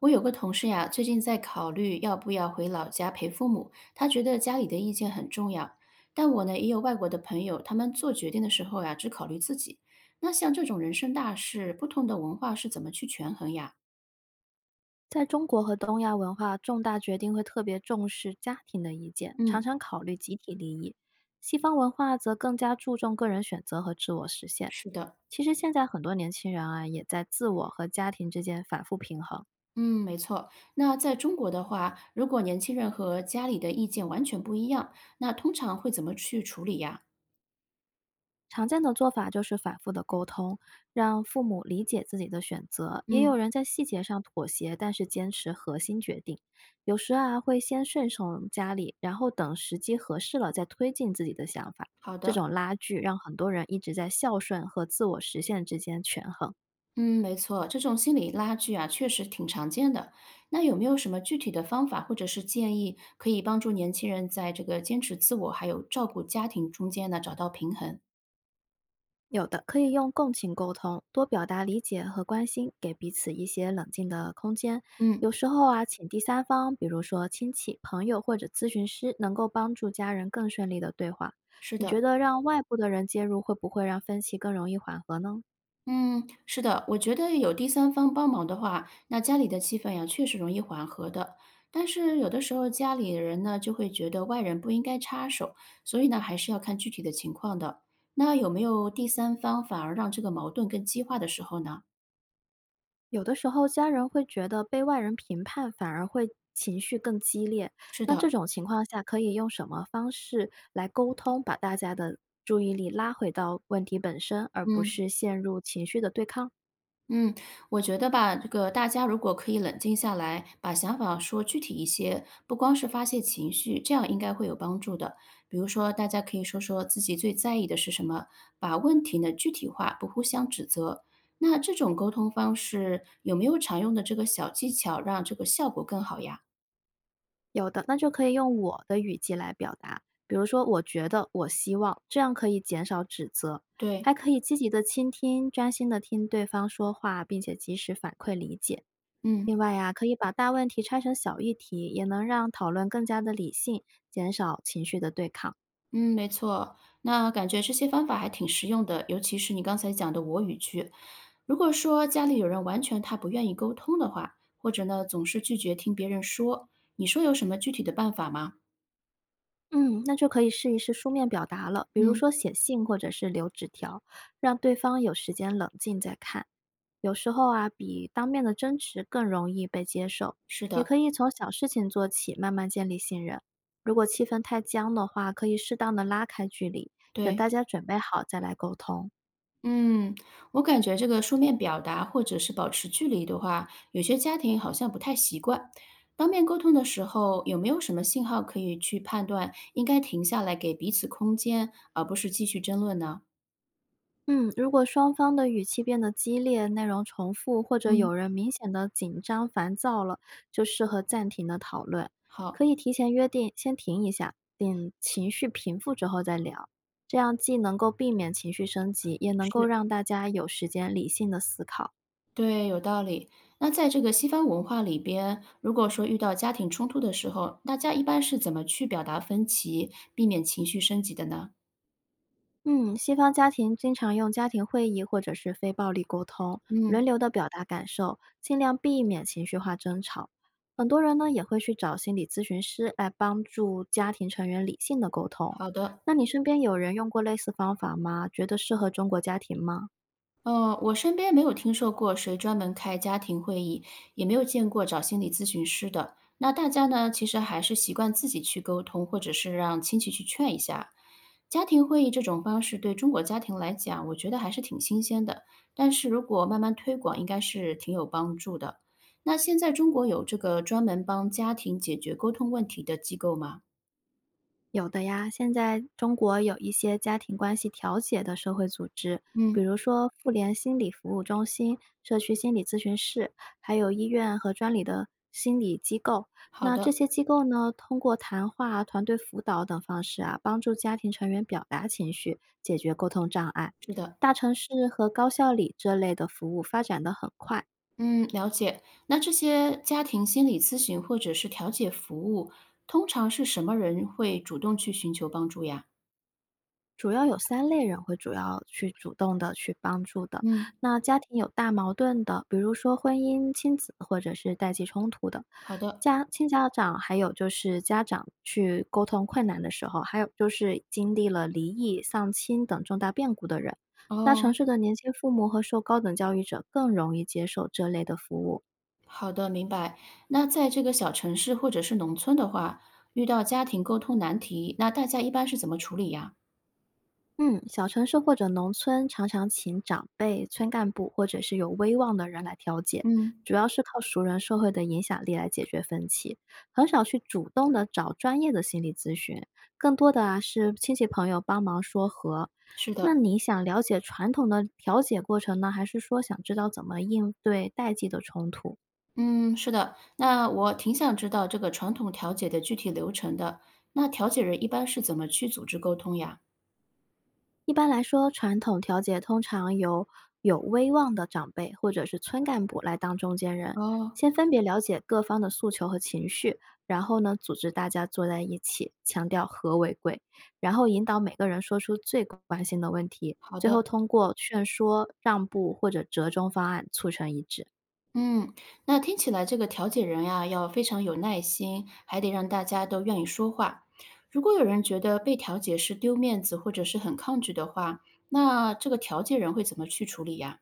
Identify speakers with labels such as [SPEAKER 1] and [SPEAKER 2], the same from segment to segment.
[SPEAKER 1] 我有个同事呀，最近在考虑要不要回老家陪父母，他觉得家里的意见很重要。但我呢，也有外国的朋友，他们做决定的时候呀，只考虑自己。那像这种人生大事，不同的文化是怎么去权衡呀？
[SPEAKER 2] 在中国和东亚文化，重大决定会特别重视家庭的意见，常
[SPEAKER 1] 嗯，
[SPEAKER 2] 常考虑集体利益。西方文化则更加注重个人选择和自我实现。
[SPEAKER 1] 是的，
[SPEAKER 2] 其实现在很多年轻人啊，也在自我和家庭之间反复平衡。
[SPEAKER 1] 嗯，没错。那在中国的话，如果年轻人和家里的意见完全不一样，那通常会怎么去处理呀？
[SPEAKER 2] 常见的做法就是反复的沟通，让父母理解自己的选择。也有
[SPEAKER 1] 嗯，
[SPEAKER 2] 人在细节上妥协，但是坚持核心决定。有时啊，会先顺从家里，然后等时机合适了再推进自己的想法。
[SPEAKER 1] 好
[SPEAKER 2] 这
[SPEAKER 1] 的。
[SPEAKER 2] 种拉锯让很多人一直在孝顺和自我实现之间权衡。
[SPEAKER 1] 嗯，没错，这种心理拉锯啊，确实挺常见的。那有没有什么具体的方法或者是建议，可以帮助年轻人在这个坚持自我还有照顾家庭中间呢，找到平衡？
[SPEAKER 2] 有的可以用共情沟通，多表达理解和关心，给彼此一些冷静的空间。有
[SPEAKER 1] 嗯，
[SPEAKER 2] 时候啊，请第三方，比如说亲戚、朋友或者咨询师，能够帮助家人更顺利的对话。
[SPEAKER 1] 是
[SPEAKER 2] 你觉
[SPEAKER 1] 的，
[SPEAKER 2] 得让外部的人介入，会不会让分歧更容易缓和呢？
[SPEAKER 1] 嗯，是的，我觉得有第三方帮忙的话，那家里的气氛呀，确实容易缓和的。但是有的时候家里人呢，就会觉得外人不应该插手，所以呢，还是要看具体的情况的。那有没有第三方反而让这个矛盾更激化的时候呢？
[SPEAKER 2] 有的时候，家人会觉得被外人评判，反而会情绪更激烈。
[SPEAKER 1] 是
[SPEAKER 2] 那这
[SPEAKER 1] 的，
[SPEAKER 2] 种情况下，可以用什么方式来沟通，把大家的注意力拉回到问题本身，而不
[SPEAKER 1] 嗯。
[SPEAKER 2] 是陷入情绪的对抗呢？
[SPEAKER 1] 嗯，我觉得吧，这个大家如果可以冷静下来，把想法说具体一些，不光是发泄情绪，这样应该会有帮助的。比如说，大家可以说说自己最在意的是什么，把问题呢具体化，不互相指责。那这种沟通方式有没有常用的这个小技巧，让这个效果更好呀？
[SPEAKER 2] 有的，那就可以用我的语气来表达，比如说我觉得，我希望，这样可以减少指责，
[SPEAKER 1] 对，
[SPEAKER 2] 还可以积极的倾听，专心的听对方说话，并且及时反馈理解。
[SPEAKER 1] 嗯。
[SPEAKER 2] 另外呀、可以把大问题拆成小议题，也能让讨论更加的理性，减少情绪的对抗。
[SPEAKER 1] 嗯，没错，那感觉这些方法还挺实用的，尤其是你刚才讲的我语句。如果说家里有人完全他不愿意沟通的话，或者呢总是拒绝听别人说，你说有什么具体的办法吗？
[SPEAKER 2] 嗯，那就可以试一试书面表达了，比如
[SPEAKER 1] 嗯，
[SPEAKER 2] 说写信或者是留纸条，让对方有时间冷静再看。有时候啊，比当面的争执更容易被接受。
[SPEAKER 1] 是
[SPEAKER 2] 也可
[SPEAKER 1] 的，
[SPEAKER 2] 以从小事情做起，慢慢建立信任。如果气氛太僵的话，可以适当的拉开距离，等
[SPEAKER 1] 对，
[SPEAKER 2] 大家准备好再来沟通。
[SPEAKER 1] 嗯，我感觉这个书面表达或者是保持距离的话，有些家庭好像不太习惯。当面沟通的时候，有没有什么信号可以去判断应该停下来给彼此空间，而不是继续争论呢？
[SPEAKER 2] 嗯，如果双方的语气变得激烈，内容重复，或者
[SPEAKER 1] 嗯，
[SPEAKER 2] 有人明显的紧张、烦躁了，就适合暂停的讨论。可
[SPEAKER 1] 好，
[SPEAKER 2] 以提前约定，先停一下，等情绪平复之后再聊。这样既能够避免情绪升级，也能够
[SPEAKER 1] 是。
[SPEAKER 2] 让大家有时间理性的思考。
[SPEAKER 1] 对，有道理。那在这个西方文化里边，如果说遇到家庭冲突的时候，大家一般是怎么去表达分歧，避免情绪升级的呢？
[SPEAKER 2] 嗯，西方家庭经常用家庭会议或者是非暴力沟通，轮
[SPEAKER 1] 嗯，
[SPEAKER 2] 流的表达感受，尽量避免情绪化争吵。很多人呢也会去找心理咨询师来帮助家庭成员理性的沟通。
[SPEAKER 1] 好的。
[SPEAKER 2] 那你身边有人用过类似方法吗？觉得适合中国家庭吗？
[SPEAKER 1] 我身边没有听说过谁专门开家庭会议，也没有见过找心理咨询师的。那大家呢，其实还是习惯自己去沟通，或者是让亲戚去劝一下。家庭会议这种方式对中国家庭来讲，我觉得还是挺新鲜的。但是如果慢慢推广，应该是挺有帮助的。那现在中国有这个专门帮家庭解决沟通问题的机构吗？
[SPEAKER 2] 有的呀，现在中国有一些家庭关系调解的社会组织，比
[SPEAKER 1] 嗯，
[SPEAKER 2] 如说妇联心理服务中心、社区心理咨询室，还有医院和专里的心理机构。
[SPEAKER 1] 好
[SPEAKER 2] 那这
[SPEAKER 1] 的，
[SPEAKER 2] 些机构呢，通过谈话、团队辅导等方式啊，帮助家庭成员表达情绪，解决沟通障碍。
[SPEAKER 1] 是的。
[SPEAKER 2] 大城市和高校里这类的服务发展得很快，
[SPEAKER 1] 嗯，了解。那这些家庭心理咨询或者是调解服务，通常是什么人会主动去寻求帮助呀？
[SPEAKER 2] 主要有三类人会主要去主动的去帮助的。
[SPEAKER 1] 嗯，
[SPEAKER 2] 那家庭有大矛盾的，比如说婚姻、亲子或者是代际冲突的，
[SPEAKER 1] 好的。
[SPEAKER 2] 家亲家长，还有就是家长去沟通困难的时候，还有就是经历了离异、丧亲等重大变故的人。大城
[SPEAKER 1] 哦，
[SPEAKER 2] 市的年轻父母和受高等教育者更容易接受这类的服务。
[SPEAKER 1] 好的，明白。那在这个小城市或者是农村的话，遇到家庭沟通难题，那大家一般是怎么处理呀？
[SPEAKER 2] 嗯，小城市或者农村常常请长辈、村干部或者是有威望的人来调解，
[SPEAKER 1] 嗯，
[SPEAKER 2] 主要是靠熟人社会的影响力来解决分歧，很少去主动的找专业的心理咨询，更多的啊是亲戚朋友帮忙说和。
[SPEAKER 1] 是
[SPEAKER 2] 那
[SPEAKER 1] 的，
[SPEAKER 2] 你想了解传统的调解过程呢，还是说想知道怎么应对代际的冲突？
[SPEAKER 1] 嗯，是的。那我挺想知道这个传统调解的具体流程的。那调解人一般是怎么去组织沟通呀？
[SPEAKER 2] 一般来说，传统调解通常由有威望的长辈或者是村干部来当中间人，
[SPEAKER 1] 哦，
[SPEAKER 2] 先分别了解各方的诉求和情绪，然后呢，组织大家坐在一起，强调和为贵，然后引导每个人说出最关心的问题，
[SPEAKER 1] 好
[SPEAKER 2] 最后
[SPEAKER 1] 的。
[SPEAKER 2] 通过劝说、让步或者折中方案促成一致。
[SPEAKER 1] 嗯，那听起来这个调解人呀，要非常有耐心，还得让大家都愿意说话。如果有人觉得被调解是丢面子，或者是很抗拒的话，那这个调解人会怎么去处理呀？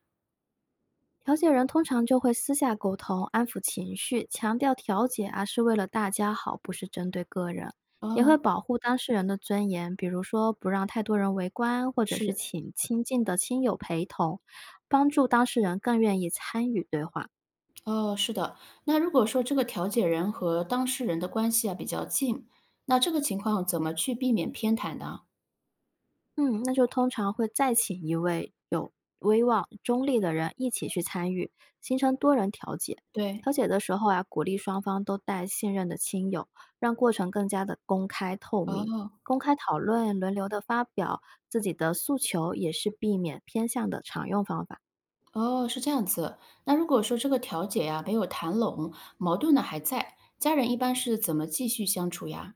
[SPEAKER 2] 调解人通常就会私下沟通，安抚情绪，强调调解啊是为了大家好，不是针对个人，也会
[SPEAKER 1] 哦，
[SPEAKER 2] 保护当事人的尊严，比如说不让太多人围观，或者是
[SPEAKER 1] 是，
[SPEAKER 2] 请亲近的亲友陪同，帮助当事人更愿意参与对话。
[SPEAKER 1] 哦，是的。那如果说这个调解人和当事人的关系啊比较近，那这个情况怎么去避免偏袒呢？
[SPEAKER 2] 嗯，那就通常会再请一位有威望、中立的人一起去参与，形成多人调解。
[SPEAKER 1] 对，
[SPEAKER 2] 调解的时候啊，鼓励双方都带信任的亲友，让过程更加的公开透明。
[SPEAKER 1] 哦。
[SPEAKER 2] 公开讨论，轮流的发表自己的诉求，也是避免偏向的常用方法。
[SPEAKER 1] 哦，是这样子。那如果说这个调解呀，没有谈拢，矛盾呢还在，家人一般是怎么继续相处呀？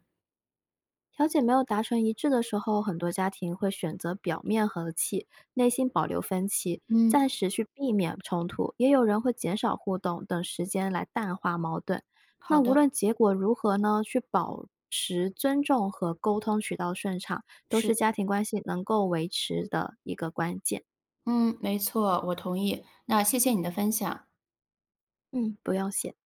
[SPEAKER 2] 调解没有达成一致的时候，很多家庭会选择表面和气，内心保留分歧，暂
[SPEAKER 1] 嗯，
[SPEAKER 2] 时去避免冲突；也有人会减少互动，等时间来淡化矛盾。那
[SPEAKER 1] 好
[SPEAKER 2] 无
[SPEAKER 1] 的，
[SPEAKER 2] 论结果如何呢，去保持尊重和沟通渠道顺畅，都是
[SPEAKER 1] 是，
[SPEAKER 2] 家庭关系能够维持的一个关键。
[SPEAKER 1] 嗯，没错，我同意。那谢谢你的分享。
[SPEAKER 2] 嗯，不用谢。